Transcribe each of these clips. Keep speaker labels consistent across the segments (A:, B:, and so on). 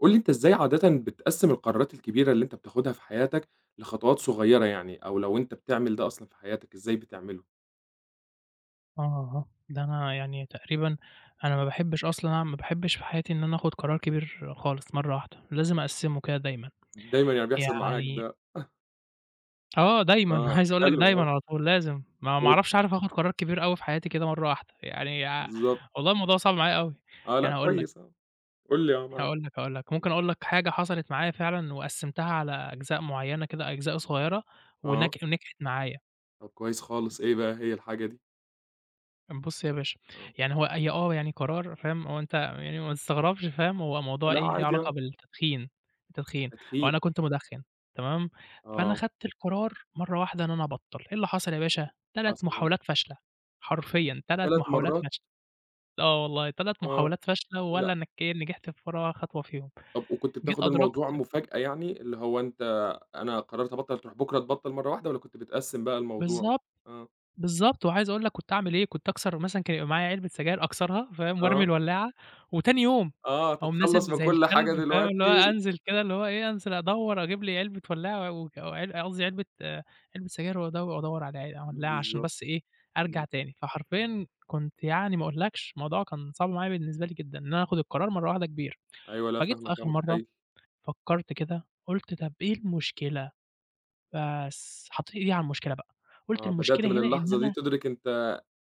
A: قُل لي أنت إزاي عادةً بتقسّم القرارات الكبيرة اللي أنت بتاخدها في حياتك لخطوات صغيرة يعني، أو لو أنت بتعمل ده أصلًا في حياتك إزاي بتعمله؟
B: آه، ده أنا يعني تقريبًا أنا ما باحبش أصلًا ما باحبش في حياتي إن أنا آخُد قرار كبير خالص مرّة واحدة، لازم أقسّمه كده دايمًا،
A: دايمًا يعني بيحصل معاك
B: يعني
A: ده.
B: آه دايمًا،
A: آه،
B: عايز أقول لك
A: حلو
B: دايمًا
A: آه،
B: على طول لازم، ما
A: أوك،
B: أعرفش عارف آخُد قرار كبير أوي في حياتي كده مرّة واحدة، يعني ع
A: بالضبط،
B: والله الموضوع صعب معايا أوي،
A: آه، لأ
B: يعني
A: كويس آه، قُل لي آه، معاك،
B: هاقول لك،
A: إمم،
B: ممكن أقول لك حاجة حصلت معايا فعلًا وقسّمتها على أجزاء معيّنة كده، أجزاء صغيّرة
A: آه،
B: ونجحت معايا.
A: طب كويس خالص، إيه بقى هي الحاجة دي؟
B: بُص يا باشا،
A: آه،
B: يعني هي آه، يعني قرار فاهم، هو أنت يعني ما تستغربش فاهم، هو موضوع
A: لأ
B: إيه، ليه
A: عادي
B: علاقة
A: آه،
B: بالتدخين. التدخين، هو
A: تدخين،
B: أنا كنت مدخن تمام، فأنا
A: آه،
B: خدت القرار مرة واحدة إن أنا أبطّل. إيه اللي حصل يا باشا؟ 3
A: حصل إيه؟
B: محاولات فاشلة، حرفيًا 3
A: 3
B: محاولات
A: مرات،
B: فاشلة، آه والله 3
A: آه،
B: محاولات فاشلة ولا
A: لأ،
B: نجحت في ولا خطوة فيهم،
A: طب وكنت
B: جيت
A: بتاخد
B: أدركت
A: الموضوع مفاجأة يعني، اللي هو أنت أنا قررت أبطّل تروح بكرة تبطّل مرة واحدة والّا كنت بتقسّم بقى الموضوع؟
B: بالضبط.
A: آه.
B: بالضبط، وعايز أقول لك كنت أعمل إيه، كنت أكسر مثلًا كان يبقى معايا علبة سجاير أكسرها فاهم، وارمي
A: آه،
B: الولاعة، وتاني يوم
A: آه،
B: أقوم
A: تتخلّص
B: نازل
A: من
B: زي
A: كل حاجة
B: الكلب فاهم، اللي هو
A: دلوقتي،
B: أنزل كده اللي هو إيه، أنزل أدوّر أجيب لي علبة ولاعة وك وعل قصدي علبة سجاير وأدوّر على ولاعة عشان
A: بالضبط،
B: بس إيه، أرجع
A: إمم،
B: تاني. فحرفيًا كنت يعني ما أقولكش الموضوع كان صعب معايا بالنسبة لي جدًا، إن أنا آخد القرار مرّة واحدة كبير.
A: أيوه، لأ
B: فجيت في
A: فاهمك، آه،
B: آخر مرّة
A: متخيّل،
B: فكّرت كده، قُلت طَب إيه المشكلة؟ بس حطيت إيدي على المشكلة بقى، قُلت
A: آه، بدأت
B: المشكلة
A: من
B: هنا إن
A: اللحظة دي
B: أنا
A: تدرك أنت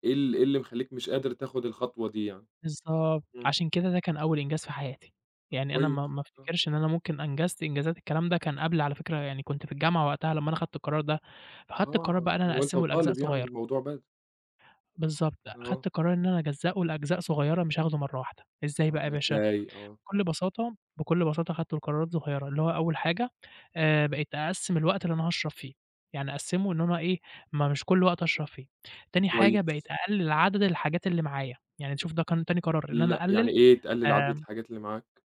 A: إيه اللي مخلّيك مش قادر تاخد الخطوة دي يعني،
B: بالضبط،
A: إمم،
B: عشان كده ده كان أول إنجاز في حياتي،
A: طب
B: يعني أنا
A: كويس،
B: ما
A: آه،
B: أفتكرش إن أنا ممكن أنجزت إنجازات. الكلام ده كان قبل على فكرة، يعني كنت في الجامعة وقتها لمّا أنا خدت القرار ده، فخدت القرار
A: آه،
B: بقى إن أنا
A: من وأنت
B: أقسّمه لأجزاء
A: وطالب يعني
B: صغيّرة.
A: الموضوع بدأ،
B: بالضبط،
A: آه،
B: خدت قرار إن أنا أجزّأه لأجزاء صغيّرة مش هاخده مرّة واحدة. إزاي بقى يا
A: آه،
B: باشا؟
A: إزاي؟ آه،
B: بكل بساطة، بكل بساطة خدته لقرارات صغيّرة، اللي هو أول حاجة بقيت أقسّم الوقت اللي أنا هاشرب فيه، يعني أقسّمه إن أنا إيه، ما مش كل وقت أشرب فيه. تاني
A: كويس،
B: حاجة بقيت أقلّل عدد الحاجات اللي معايا، يعني شوف ده كان تاني قرار إن أنا
A: لأ يعني
B: أقلّل
A: إيه تقلل عدد
B: آآ
A: الحاجات اللي معاك،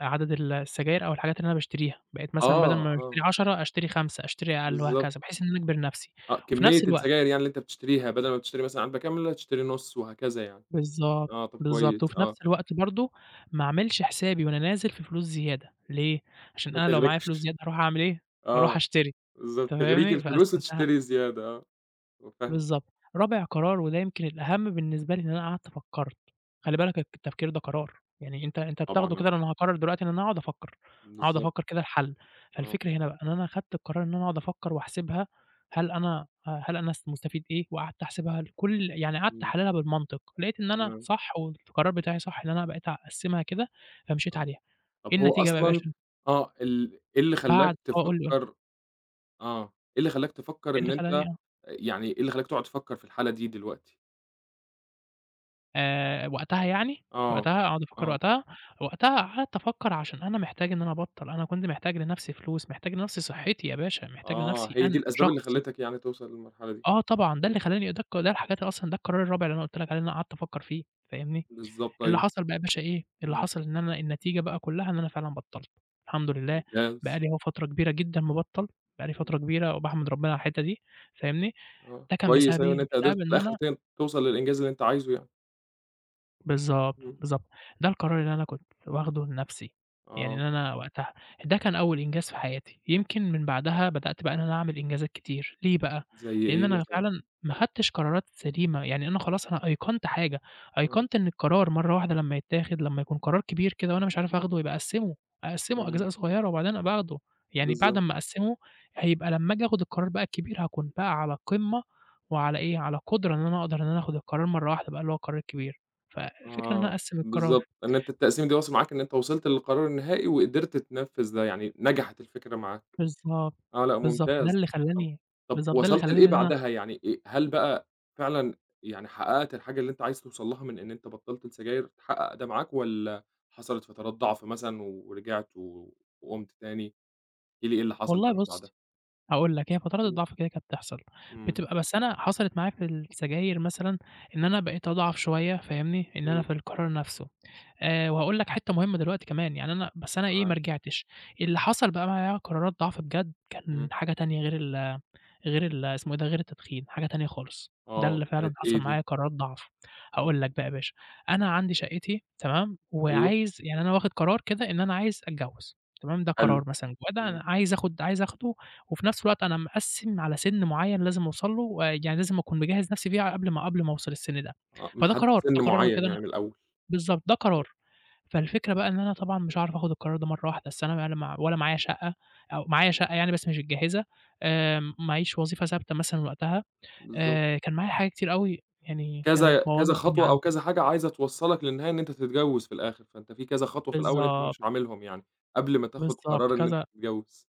B: عدد السجاير أو الحاجات اللي أنا باشتريها، بقيت مثلًا بدل
A: آه،
B: ما باشتري
A: آه،
B: 10 أشتري 5 أشتري أقل
A: بالضبط،
B: وهكذا، بحيث إن أنا أجبر نفسي،
A: آه،
B: وفي
A: كمية
B: نفس الوقت
A: السجاير يعني اللي أنت بتشتريها بدل ما بتشتري مثلًا علبة كاملة تشتري نُص وهكذا يعني،
B: بالضبط،
A: آه، طب
B: بالضبط،
A: كويس،
B: وفي
A: آه،
B: نفس الوقت برضه ما أعملش حسابي وأنا نازل في فلوس زيادة. ليه؟ عشان
A: ما
B: أنا لو معايا فلوس
A: تغرقش،
B: زيادة هاروح أعمل إيه، هاروح
A: آه.
B: أشتري،
A: بالضبط،
B: أنت
A: تغريك
B: فاهمني؟
A: الفلوس
B: فقسمتها
A: وتشتري زيادة آه، أنا فاهمك،
B: بالضبط. رابع قرار وده يمكن الأهم بالنسبة لي، إن أنا قعدت فكّرت. خلّي بالك التفكير ده قرار، يعني أنت بتاخده
A: طبعًا
B: كده،
A: آه،
B: أنا هاقرر دلوقتي إن أنا هاقعد أفكّر، هاقعد
A: بالضبط
B: أفكّر كده الحل.
A: آه،
B: فالفكرة هنا بقى إن أنا خدت القرار إن أنا أقعد أفكّر وأحسبها، هل أنا هل أنا مستفيد إيه، وقعدت أحسبها لكل يعني قعدت
A: إمم،
B: أحلّلها بالمنطق، لقيت إن أنا
A: تمام
B: صح والقرار بتاعي صح، إن أنا بقيت أقسّمها كده، فمشيت
A: آه،
B: عليها. إيه
A: طب هو
B: النتيجة بقى يا
A: أصلًا
B: باشا؟
A: آه، إيه اللي خلّاك
B: بعد آه قُل لي، قُل لي،
A: تفكّر، آه، إيه اللي خلّاك تفكّر
B: إيه
A: إن
B: اللي خلّاني
A: أنت
B: آه.
A: يعني إيه اللي خلّاك تقعد تفكّر في الحالة دي دلوقتي؟
B: وقتها يعني،
A: آه،
B: وقتها أقعد أفكّر
A: آه،
B: وقتها، وقتها قعدت أفكّر عشان أنا محتاج إن أنا أبطّل، أنا كنت محتاج لنَفْسي فلوس، محتاج لنَفْسي صحّتي يا باشا، محتاج
A: آه،
B: لنَفْسي
A: هي
B: أنا
A: دي الأسباب اللي
B: شخصي.
A: خلّتك يعني توصل للمرحلة دي،
B: آه طبعًا، ده
A: إمم،
B: اللي خلّاني ده الحاجات أصلًا، ده القرار الرابع اللي أنا قُلت لك عليه اللي أنا قعدت أفكّر فيه، فاهمني؟
A: بالضبط
B: اللي
A: أيوه،
B: حصل بقى يا باشا إيه، اللي
A: إمم،
B: حصل إن أنا النتيجة بقى كُلّها إن أنا فعلًا بطّلت، الحمد لله. بقى
A: ممتاز،
B: لي أهو فترة كبيرة جدًا مبطّل، بقى لي
A: إمم،
B: فترة كبيرة وباحمد ربنا على الحتّة دي، فاهمني؟
A: آه،
B: ده كان
A: كويس
B: بسبب
A: أيوه
B: إيه،
A: إن أنت قدرت
B: بسبب
A: في
B: إن
A: الآخر
B: أنا
A: توصل للإنجاز اللي أنت عايزه يعني،
B: بالضبط،
A: إمم،
B: بالضبط. ده القرار اللي أنا كنت واخده لنَفْسي، يعني إن
A: آه،
B: أنا وقتها ده كان أول إنجاز في حياتي، يمكن من بعدها بدأت بقى إن أنا أعمل إنجازات كتير. ليه بقى؟
A: زي
B: لإن
A: إيه
B: أنا
A: مثلًا؟
B: فعلًا ما خدتش قرارات سليمة، يعني أنا خلاص أنا أيقنت حاجة،
A: إمم،
B: أيقنت إن القرار مرّة واحدة لمّا يتاخد لمّا يكون قرار كبير كده وأنا مش عارف آخده يبقى أقسّمه، أقسّمه
A: إمم.
B: أجزاء صغيّرة وبعدين أبقى آخده، يعني بعد
A: بالضبط،
B: أمّا أقسّمه هيبقى لمّا آجي آخد القرار بقى الكبير هاكون بقى على قمة وعلى إيه، على قدرة إن أنا أقدر إن أنا آخد القرار مرّة واحدة بقى اللي هو القرار الكبير. فالفكرة إن أنا
A: آه،
B: أقسّم القرار،
A: بالضبط، إن أنت التقسيمة دي واصلة معاك إن أنت وصلت للقرار النهائي وقدرت تنفّذ ده، يعني نجحت الفكرة معاك،
B: بالضبط،
A: آه، لأ
B: بالضبط، ده
A: ممتاز،
B: اللي
A: طَب
B: خلّاني
A: طَب
B: بالضبط، ده اللي
A: وصلت لإيه
B: خلّاني إن أنا
A: بعدها يعني إيه هل بقى فعلًا يعني حققت الحاجة اللي أنت عايز توصل لها من إن أنت بطّلت السجاير، اتحقق ده معاك والّا حصلت فترات ضعف مثلًا ورجعت و وقُمت تاني، احكِ لي إيه اللي حصل
B: والله
A: بقى من بعدها؟
B: بُص هاقول لك، هي فترات
A: إمم،
B: الضعف كده كانت بتحصل،
A: إمم،
B: بتبقى بس أنا حصلت معايا في السجاير مثلًا إن أنا بقيت أضعف شوية فاهمني، إن أنا
A: إمم،
B: في القرار نفسه، وهاقول لك حتّة مهمة دلوقتي كمان، يعني أنا بس أنا إيه، ما
A: معاك،
B: رجعتش. اللي حصل بقى معايا قرارات ضعف بجد كان
A: إمم،
B: حاجة تانية غير غير اسمه إيه ده، غير التدخين، حاجة تانية خالص، ده
A: آه،
B: اللي فعلًا
A: كانت
B: حصل
A: إيه
B: معايا
A: دي؟
B: قرار ضعف.
A: آه،
B: هاقول لك بقى يا باشا، أنا عندي شقتي تمام،
A: أيوه،
B: وعايز يعني أنا واخد قرار كده إن أنا عايز أتجوّز تمام، ده
A: حلو،
B: قرار مثلًا وده
A: إمم،
B: أنا عايز آخُد عايز آخده وفي نفس الوقت أنا مقسّم على سِن معيّن لازم أوصل له ويعني لازم أكون مجهّز نفسي فيه قبل ما قبل ما أوصل السِن ده،
A: آه،
B: فده
A: محدد
B: قرار، ده
A: سِن
B: قرار
A: معيّن
B: كده أنا
A: يعني من الأول.
B: بالضبط، ده
A: إمم،
B: قرار. فالفكرة بقى إن أنا طبعًا مش هاعرف آخُد القرار ده مرّة واحدة، أصل أنا مع ولا معايا شقة أو معايا شقة يعني بس مش متجهّزة، معييش وظيفة ثابتة مثلًا وقتها،
A: بالضبط.
B: كان معايا حاجات كتير أوي يعني كانت
A: كذا
B: مبوّظة
A: كذا
B: الدنيا
A: خطوة أو
B: عندي.
A: كذا حاجة عايزة توصّلك للنهاية إن أنت تتجوّز في الآخر، فأنت في كذا خطوة في الأول أنت
B: بالضبط،
A: مش عاملهم يعني، قبل ما تاخُد
B: بالضبط،
A: قرار إن أنت
B: كذا
A: تتجوّز.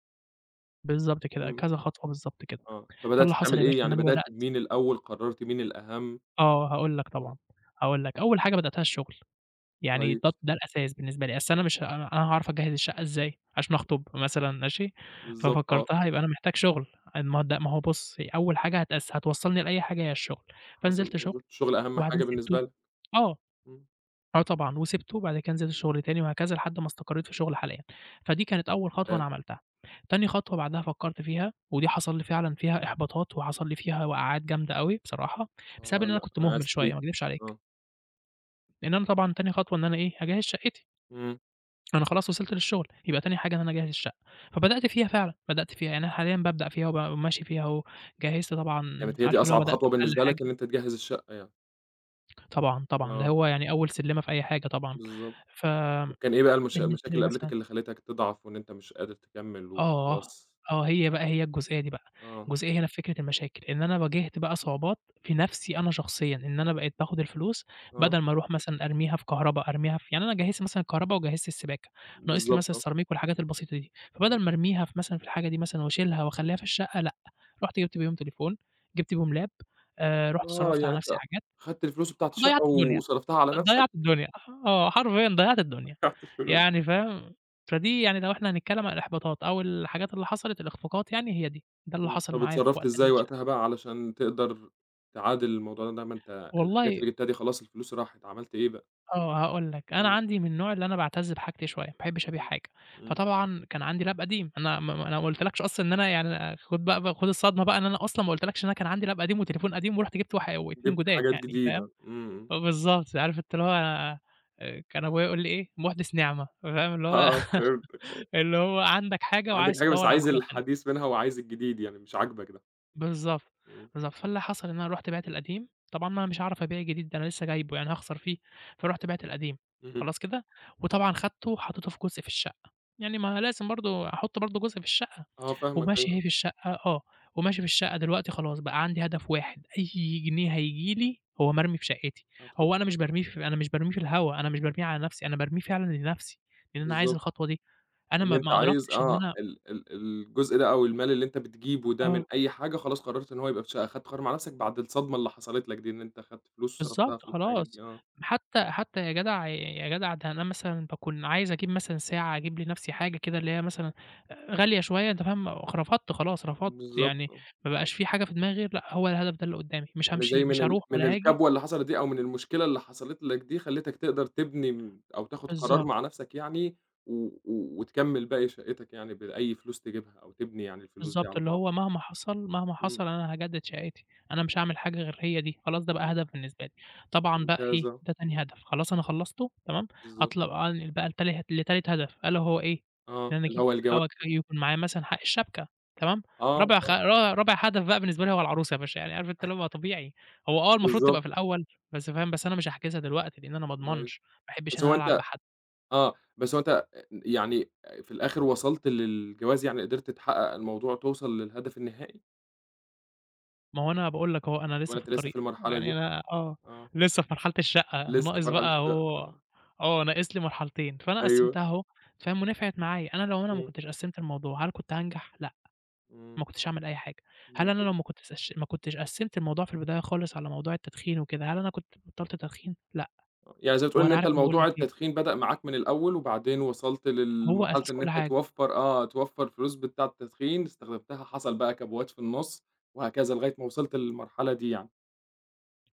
B: بالضبط كده،
A: إمم،
B: كذا خطوة بالضبط كده.
A: آه، فبدأت
B: فاللي حصل
A: تعمل
B: يا باشا
A: إيه،
B: إن
A: يعني
B: أنا
A: بدأت
B: بدأت
A: بمين الأول، قررت مين الأهم؟
B: آه، هاقول لك
A: آه،
B: طبعًا، هاقول لك. أول حاجة بدأتها الشُغل. يعني ده
A: كويس،
B: ده الأساس بالنسبة لي، أصل أنا مش أنا أنا هاعرف أجهّز الشقة إزاي عشان أخطب مثلًا ماشي،
A: بالضبط آه،
B: ففكّرتها يبقى أنا محتاج شغل، ما هو بُص أول حاجة هتوصّلني لأي حاجة هي الشغل،
A: حصل
B: فنزلت
A: آه
B: شغل
A: بالضبط، الشغل أهم
B: وبعدين
A: حاجة بالنسبة
B: سِبته
A: لك،
B: آه،
A: إمم،
B: آه طبعًا وسِبته وبعد كده نزلت شغل تاني وهكذا لحد ما استقريت في شغلي حاليًا، فدي كانت أول خطوة أنا
A: فاهم،
B: عملتها. تاني خطوة بعدها فكّرت فيها ودي حصل لي فعلًا فيها إحباطات وحصل لي فيها وقعات جامدة أوي بصراحة، بسبب
A: آه،
B: إن أنا
A: لأ
B: كنت
A: أنا
B: مهمل
A: آسف
B: شوية
A: ليك،
B: ما اكدبش عليك،
A: آه،
B: لإن أنا طبعًا تاني خطوة إن أنا إيه، هاجهّز شقتي.
A: إمم،
B: أنا خلاص وصلت للشغل، يبقى تاني حاجة إن أنا أجهّز الشقة، فبدأت فيها فعلًا، بدأت فيها، يعني أنا حاليًا بابدأ فيها وماشي فيها أهو، جهّزت طبعًا
A: كانت هي دي
B: عارف اللي هو
A: أصعب
B: بدأت
A: خطوة
B: بأقل
A: بالنسبة لك
B: حاجة،
A: إن أنت تجهّز الشقة يعني،
B: طبعًا، طبعًا، ده
A: آه،
B: هو يعني أول سلِّمة في أي حاجة طبعًا،
A: بالضبط. كان
B: فبالنسبة
A: إيه بقى المشاكل
B: لي
A: اللي
B: مثلًا
A: قابلتك اللي خلّتك تضعف وإن أنت مش قادر تكمّل
B: آه،
A: وخلاص؟
B: آه، هي الجزئية دي بقى،
A: آه،
B: الجزئية هنا في فكرة المشاكل، إن أنا واجهت بقى صعوبات في نَفْسي أنا شخصيًا، إن أنا بقيت باخد الفلوس
A: آه،
B: بدل ما أروح مثلًا أرميها في كهربا، أرميها في يعني أنا جهّزت مثلًا الكهربا وجهّزت السباكة، ناقص لي مثلًا
A: بالضبط آه،
B: السيراميك والحاجات البسيطة دي،
A: إمم.
B: فبدل ما أرميها في مثلًا في الحاجة دي مثلًا واشيلها واخلّيها في الشقة لأ، رُحت جِبت بيهم تليفون، جِبت بيهم لاب، رُحت
A: آه،
B: صرّفت
A: يعني
B: على نَفْسي
A: أنت
B: حاجات،
A: خدت الفلوس بتاعة الشقة
B: ضيّعت الدنيا.
A: وصرفتها على نَفْسك؟
B: ضيّعت الدنيا، آه، حرفيًا ضيّعت الدنيا،
A: ضيّعت الفلوس.
B: يعني فاهم، فدي يعني لو إحنا هنتكلم عن الإحباطات أو الحاجات اللي حصلت الإخفاقات يعني هي دي، ده اللي
A: إمم،
B: حصل
A: طَب
B: معايا في
A: اتصرّفت
B: وقت
A: إزاي وقتها بقى علشان تقدر تعادل الموضوع ده، ما أنت الحاجات
B: والله
A: اللي جِبتها دي خلاص الفلوس راحت، عملت إيه بقى؟
B: آه، هاقول لك، أنا
A: آه،
B: عندي من النوع اللي أنا باعتز بحاجتي شوية، ما باحبش أبيع
A: إمم،
B: حاجة،
A: إمم،
B: فطبعًا كان عندي لاب قديم، أنا ما قُلتلكش أصلًا إن أنا يعني خُد بقى خُد الصدمة بقى إن أنا أصلًا ما قُلتلكش إن أنا كان عندي لاب قديم وتليفون قديم ورُحت جِبت واح و2
A: جِبت
B: جداد
A: حاجات
B: يعني، فاهم؟
A: جديدة، إمم، إمم،
B: آه بالضبط، عارف أنت اللي هو أنا كان أبويا يقول لي إيه: "مُحدث نعمة." فاهم؟ اللي هو
A: آه فهمتك،
B: اللي هو عندك حاجة وعايز
A: عندك حاجة بس
B: تدوّر على
A: عايز
B: حاجة تانية.
A: الحديث منها وعايز الجديد يعني مش عاجبك ده،
B: بالضبط،
A: إمم،
B: بالضبط. فاللي حصل إن أنا رُحت بِعت القديم، طبعًا أنا مش هاعرف أبيع الجديد ده أنا لسه جايبه يعني هاخسر فيه، فرُحت بِعت القديم،
A: اهم،
B: خلاص كده، وطبعًا خدته وحطيته في جزء في الشقة، يعني ما لازم برضه أحُط برضه جزء في الشقة.
A: آه فاهمك
B: وماشي هي
A: أيوه،
B: في الشقة آه، وماشي في الشقة دلوقتي خلاص بقى عندي هدف واحد، أي جنيه هييجي لي هو مرمي في شقتي، هو
A: هتحُط
B: أنا
A: في
B: مش بارميه في أنا مش بارميه في الهوا، أنا مش بارميه على نفسي، أنا بارميه فعلًا لنفسي، لأن أنا عايز
A: بالضبط،
B: الخطوة دي، أنا
A: إن
B: ما
A: أنت
B: ما
A: عايز
B: أدركتش إن
A: آه،
B: أنا
A: ال ال الجزء ده أو المال اللي أنت بتجيبه ده
B: آه،
A: من أي حاجة خلاص قررت إن هو يبقى في شقة، خدت قرار مع نفْسك بعد الصدمة اللي حصلت لك دي، إن أنت خدت فلوس
B: بالضبط
A: وصرفتها في الحاجة
B: خلاص،
A: دي، آه،
B: حتى يا جدع ده أنا مثلًا باكون عايز أجيب مثلًا ساعة، أجيب لنفسي حاجة كده اللي هي مثلًا غالية شوية أنت فاهم، رفضت،
A: بالضبط
B: يعني
A: آه،
B: ما بقاش في حاجة في دماغي غير لأ هو الهدف ده اللي قدامي،
A: يعني زي
B: مش هاروح
A: من
B: ولا هاجي
A: الكبوة اللي حصلت دي أو من المشكلة اللي حصلت لك دي خلّتك تقدر تبني أو تاخد قرار
B: بالضبط.
A: مع نفْسك يعني، و و وتكمّل باقي شقتك يعني بأي فلوس تجيبها أو تبني يعني الفلوس دي
B: بالضبط،
A: على
B: اللي
A: بعض،
B: هو مهما حصل، مهما
A: إمم،
B: حصل أنا هاجدد شقتي، أنا مش هاعمل حاجة غير هي دي، خلاص ده بقى
A: إمم،
B: هدف بالنسبة لي. طبعًا بقى
A: ممتاز
B: إيه،
A: آه،
B: ده تاني هدف، خلاص أنا خلّصته تمام،
A: بالضبط،
B: أنقل بقى لتالت هدف، ألا وهو إيه، إن
A: آه،
B: أنا
A: اللي
B: أجيب
A: هو الجواز
B: أو أك يكون معايا مثلًا حق الشبكة تمام،
A: آه،
B: رابع خ
A: آه،
B: را رابع هدف بقى بالنسبة لي هو العروسة يا باشا، يعني عارف أنت اللي هو طبيعي، هو آه المفروض تبقى
A: بالضبط،
B: في الأول، بس فاهم، بس أنا مش هاحجزها دلوقتي لإن أنا ما
A: أيوه،
B: أضمنش، ما أحبش إن
A: بس هو
B: أنا ألعب
A: أنت
B: بحد.
A: آه، بس هو أنت يعني آه، في الآخر وصلت للجواز، يعني قدرت تحقق الموضوع وتوصل للهدف النهائي،
B: ما هو أنا باقول لك أهو، أنا لسه
A: والّا
B: في
A: أنت لسه في
B: الطريق،
A: المرحلة
B: يعني
A: دي؟
B: أنا
A: آه،
B: لسه في مرحلة الشقة،
A: لسه في
B: ناقص
A: مرحلة
B: بقى أهو، ناقص لي مرحلتين، فأنا
A: أيوه،
B: قسّمتها أهو، فاهم، ونفعت معايا، لو أنا ما
A: إمم،
B: كنتش قسّمت الموضوع، هل كنت هانجح؟ لأ،
A: إمم،
B: ما كنتش هاعمل أي حاجة، هل أنا
A: بالضبط،
B: لو ما كنتش قسّمت الموضوع في البداية خالص على موضوع التدخين وكده، هل أنا كنت بطّلت تدخين؟ لأ،
A: آه، يعني زي ما تقول
B: هو
A: إن
B: أنا
A: أنت
B: عارف باقول
A: الموضوع
B: لك إيه،
A: التدخين بدأ معاك من الأول، وبعدين وصلت
B: هو
A: للمرحلة
B: أساس
A: إن
B: كل
A: أنت
B: حاجة،
A: توفّر آه، توفّر فلوس بتاعة التدخين استخدمتها، حصل بقى كبوات في النُص، وهكذا لغاية ما وصلت للمرحلة دي يعني،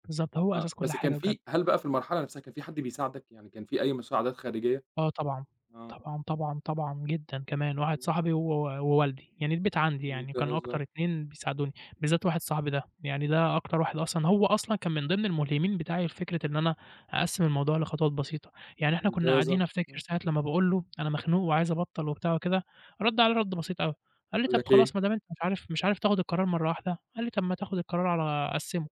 B: بالضبط، هو
A: آه،
B: أساس كل
A: بس كان
B: حاجة بجد.
A: في هل بقى في المرحلة نفسها كان في حد بيساعدك، يعني كان في أي مساعدات خارجية؟
B: آه طبعًا،
A: آه.
B: طبعًا، طبعًا، طبعًا جدًا كمان، واحد صاحبي ووالدي، يعني البيت عندي يعني كانوا أكتر
A: ممتازة،
B: 2 بيساعدوني، بالذات واحد صاحبي ده، يعني ده أكتر واحد أصلًا هو أصلًا كان من ضمن الملهمين بتاعي لفكرة إن أنا أقسّم الموضوع لخطوات بسيطة، يعني إحنا كنا
A: ممتازة.
B: قاعدين أفتكر
A: إمم.
B: ساعة لمّا باقول له أنا مخنوق وعايز أبطّل وبتاع وكده، رَد عليّا رَد بسيط أوي، قال لي:
A: قال
B: "طَب
A: لك
B: خلاص
A: إيه،
B: ما دام أنت مش عارف تاخد القرار مرّة واحدة"، قال لي: "طَب ما تاخد القرار على قسّمه"،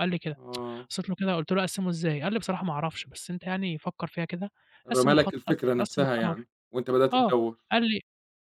B: قال لي كده.
A: آه،
B: بصيت له كده قُلت له: "أقسّمه إزاي؟" قال لي: "بصراحة ما أعرفش، بس أنت يعني فكّر فيها كده، قسّم
A: رمى لك
B: الخط قس
A: الفكرة
B: قسّم
A: نفسها
B: القرار."
A: يعني وأنت بدأت
B: آه،
A: تدوّر.
B: قال لي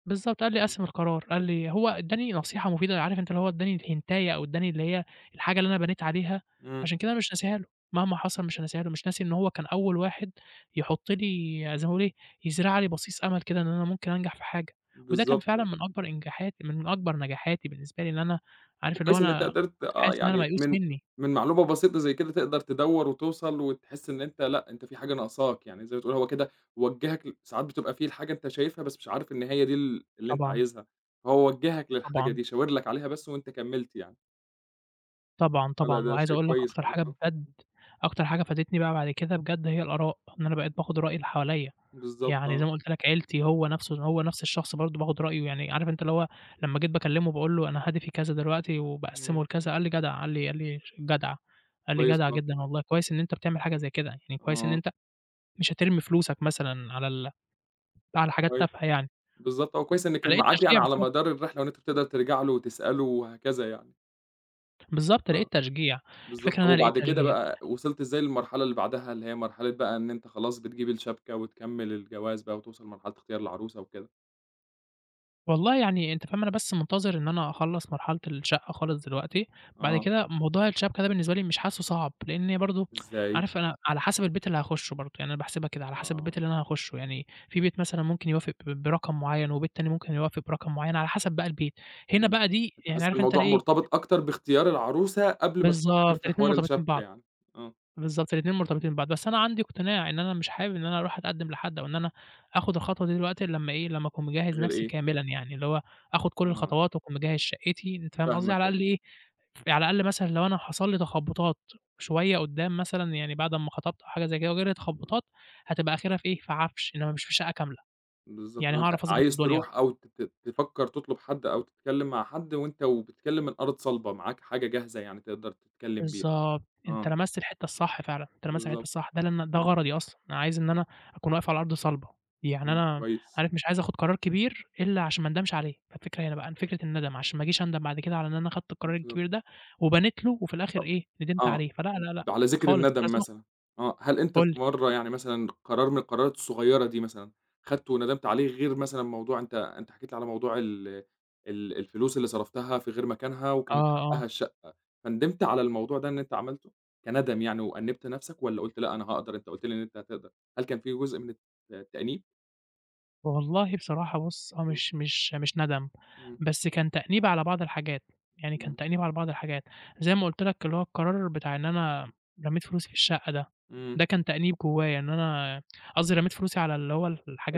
B: بالضبط، قال لي: "قسّم القرار." قال لي هو ادّاني نصيحة مفيدة، عارف أنت اللي هو ادّاني الهنتاية أو ادّاني اللي هي الحاجة اللي أنا بنيت عليها،
A: إمم،
B: فعشان كده أنا مش ناسيها له، مهما حصل مش هانساها له، مش ناسي إن هو كان أول واحد يحُط لي زي ما باقول إيه، يزرع لي بصيص أمل كده إن أنا ممكن أنجح في حاجة، وده كان
A: بالضبط.
B: فعلًا من أكبر إنجاحاتي من أكبر نجاحاتي بالنسبة لي إن أنا عارف اللي هو
A: وكويس إن أنت
B: أنا
A: قدرت
B: كنت
A: آه،
B: حاسس إن أنا
A: يعني
B: ميؤوس
A: من
B: منّي.
A: من معلومة بسيطة زي كده تقدر تدوّر وتوصل وتحس إن أنت لأ، أنت في حاجة ناقصاك، يعني زي ما تقول هو كده وجّهك ساعات بتبقى في الحاجة أنت شايفها بس مش عارف إن هي دي ال اللي أنت
B: طبعًا،
A: عايزها، فهو وجّهك للحاجة
B: طبعًا.
A: دي، شاور لك عليها بس وأنت كمّلت يعني.
B: طبعًا،
A: آه، لأ،
B: طبعًا،
A: ده
B: وعايز
A: شيء
B: أقول لك
A: كويس
B: أكتر
A: خالص
B: حاجة
A: آه.
B: بجد، أكتر حاجة فادتني بقى بعد كده بجد هي الآراء، إن أنا بقيت باخد رأي اللي حواليّا،
A: بالضبط
B: يعني
A: آه.
B: زي ما قُلت لك عيلتي هو نفسه هو نفس الشخص برضه باخد رأيه، يعني عارف أنت اللي هو لمّا جيت باكلمه باقول له: "أنا هدفي كذا دلوقتي
A: إمم،
B: وباقسمه لكذا." قال لي: "جدع." قال لي: "جدع." قال لي:
A: كويس
B: "جدع
A: خالص.
B: جدًا والله، كويس إن أنت بتعمل حاجة زي كده، يعني كويس إن
A: آه،
B: أنت مش هترمي فلوسك مثلًا على حاجات
A: كويس.
B: تافهة يعني."
A: بالضبط، هو كويس إن كان
B: فلقيت
A: معاك يعني
B: تشجيع
A: على
B: بصراحة،
A: مدار الرحلة وإن أنت بتقدر ترجع له وتسأله وهكذا يعني،
B: بالضبط،
A: آه،
B: لقيت تشجيع،
A: بالضبط،
B: الفكرة إن
A: طب
B: أنا لقيت
A: وبعد كده
B: تشجيع.
A: بقى وصلت إزاي للمرحلة اللي بعدها، اللي هي مرحلة بقى إن أنت خلاص بتجيب الشبكة وتكمّل الجواز بقى وتوصل لمرحلة اختيار العروسة وكده؟
B: والله يعني أنت فاهم أنا بس منتظر إن أنا أخلّص مرحلة الشقة خالص دلوقتي، بعد
A: آه،
B: كده موضوع الشبكة ده بالنسبة لي مش حاسّه صعب، لإن برضه
A: إزاي؟
B: عارف أنا على حسب البيت اللي هاخُشه برضه، يعني أنا باحسبها كده على حسب البيت
A: آه،
B: اللي أنا هاخُشه، يعني في بيت مثلًا ممكن يوافق برقم معيّن وبيت تاني ممكن يوافق برقم معيّن على حسب بقى البيت، هنا
A: إمم،
B: بقى دي
A: أنت
B: يعني
A: حاسس
B: عارف أنت
A: الموضوع
B: إيه،
A: مرتبط أكتر باختيار العروسة قبل ما تفكّر
B: بالضبط
A: في
B: الاتنين
A: حوار
B: مرتبطين
A: الشبكة
B: ببعض.
A: يعني، آه،
B: بالضبط، الاتنين مرتبطين ببعض، بس أنا عندي اقتناع إن أنا مش حابب إن أنا أروح أتقدّم لحد أو إن أنا آخُد الخطوة دي دلوقتي إلا لمّا إيه، لمّا أكون مجهّز
A: غير
B: نَفْسي
A: إيه؟
B: كاملًا يعني، اللي هو آخُد كل
A: آه،
B: الخطوات وأكون مجهّز شقتي، أنت فاهم قصدي،
A: فاهمك
B: على
A: أيوه،
B: الأقل إيه، على الأقل مثلًا لو أنا حصل لي تخبُّطات شوية قُدّام مثلًا يعني بعد أمّا خطبت أو حاجة زي كده وجا لي
A: آه.
B: تخبُّطات، هتبقى آخرها في إيه، في عَفش، إنّما مش في شقة كاملة،
A: بالضبط،
B: يعني
A: آه، أنت
B: هاعرف أضبط
A: عايز
B: الدنيا،
A: تروح أو ت ت تفكّر تطلب حد أو تتكلّم مع حد وأنت وبتتكلّم من أرض صلبة، معاك حاجة جاهزة يعني تقدر تتكلّم بيها،
B: بالضبط، أنت
A: آه،
B: لمست الحتّة الصح فعلًا، أنت لمست الحتّة
A: بالضبط،
B: الصح، ده اللي أنا ده
A: إمم،
B: غرضي أصلًا، أنا عايز إن أنا أكون واقف على أرض صلبة، يعني
A: إمم،
B: أنا
A: كويس،
B: عارف مش عايز آخُد قرار كبير إلا عشان ما أندمش عليه، فالفكرة هنا بقى فكرة الندم، عشان ما أجيش أندم بعد كده على إن أنا خدت القرار
A: بالضبط،
B: الكبير ده وبنيت له وفي الآخر
A: طب
B: إيه، ندمت
A: آه،
B: عليه، فلا، لا، لأ
A: على ذِكر
B: خالص،
A: الندم
B: لازم آخُد،
A: مثلًا، آه، هل أنت
B: قُل
A: في
B: لي.
A: مرّة يعني مثلًا قرار من القرارات الصغيّرة دي مثلًا، خدته وندمت عليه غير مثلًا موضوع أنت حكيت لي على موضوع ال ال الفلوس اللي صرفتها في غير مكانها وكانت
B: آه، آه.
A: حقّها الش فندمت على الموضوع ده إن أنت عملته؟ كندم يعني وأنِّبت نَفْسك والّا قُلت لأ أنا هاقدر، أنت قُلت لي إن أنت هتقدر، هل كان في جزء من التأنيب؟
B: والله بصراحة بُص، هو
A: إمم،
B: مش ندم،
A: إمم،
B: بس كان تأنيب على بعض الحاجات، يعني كان
A: إمم،
B: تأنيب على بعض الحاجات، زي ما قُلت لك اللي هو القرار بتاع إن أنا رميت فلوسي في الشقة ده،
A: إمم،
B: ده كان تأنيب جوايا إن أنا قصدي رميت فلوسي على اللي هو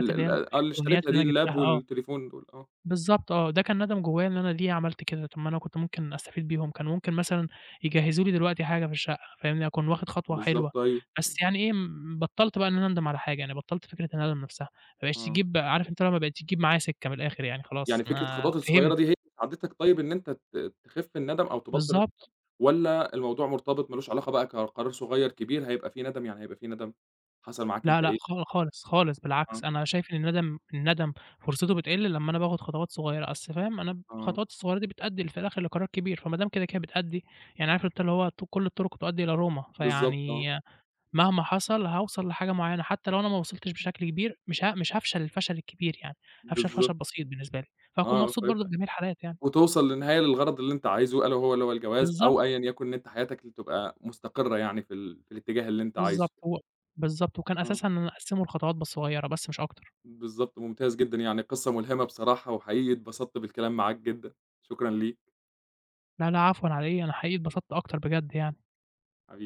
A: ال
B: اللي هي
A: ال آه اللي
B: الإلكترونيات
A: اشتريتها
B: اللي
A: دي
B: أنا
A: اللاب
B: جِبتها آه.
A: والتليفون دول، آه،
B: بالضبط آه، ده كان ندم جوايا إن أنا ليه عملت كده، طب ما أنا كنت ممكن أستفيد بيهم، كان ممكن مثلًا يجهّزوا لي دلوقتي حاجة في الشقة، فاهمني، أكون واخد خطوة حلوة،
A: بالضبط أيوه، إمم،
B: بس يعني إيه، م بطّلت بقى إن أنا أندم على حاجة، يعني بطّلت فكرة الندم نفْسها، ما بقتش
A: آه،
B: تجيب عارف أنت اللي هو ما بقتش تجيب معايا سكة من الآخر يعني خلاص،
A: يعني فكرة
B: أنا
A: الخطوات
B: فهمت،
A: الصغيّرة دي هي اللي ساعدتك طيب إن أنت تخِف الندم أو تبطّل
B: بالضبط،
A: والّا الموضوع مرتبط ما لوش علاقة بقى قرار صغيّر كبير هيبقى فيه ندم، يعني هيبقى فيه ندم حصل معاك
B: لا،
A: أنت
B: لأ،
A: إيه؟
B: خالص، خالص
A: آه،
B: بالعكس، أنا شايف إن الندم فرصته
A: إمم،
B: بتقِل لمّا أنا باخد خطوات صغيّرة، أصل فاهم، أنا
A: آه،
B: الخطوات الصغيّرة دي بتأدّي في الآخر لقرار كبير، فما دام كده، كده بتأدّي يعني
A: إمم،
B: عارف أنت اللي هو كل الطرق تؤدّي إلى روما،
A: بالضبط
B: فيعني
A: آه،
B: مهما حصل هاوصل لحاجة معيّنة، حتى لو أنا ما وصلتش بشكل كبير مش هافشل الفشل الكبير يعني، هافشل فشل
A: بالضبط،
B: بسيط بالنسبة لي، فهاكون
A: آه،
B: مبسوط برضه في
A: فيبقى
B: جميع الحالات يعني.
A: وتوصل للنهاية للغرض اللي أنت عايزه ألا وهو اللي هو الجواز
B: بالضبط،
A: أو أيًا يكن إن أنت حياتك اللي تبقى مستقرة يعني في ال في الاتجاه اللي أنت عايزه.
B: بالضبط، هو بالضبط، وكان
A: إمم.
B: أساسًا نقسّمه لخطوات بس صغيّرة بس مش أكتر.
A: بالضبط، ممتاز جدًا، يعني قصة ملهمة بصراحة وحقيقي اتبسطت بالكلام معاك جدًا، شكرًا ليك
B: لا، لا عفوًا على إيه، أنا حقيقي اتبسطت أكتر بجد يعني.
A: حبيبي.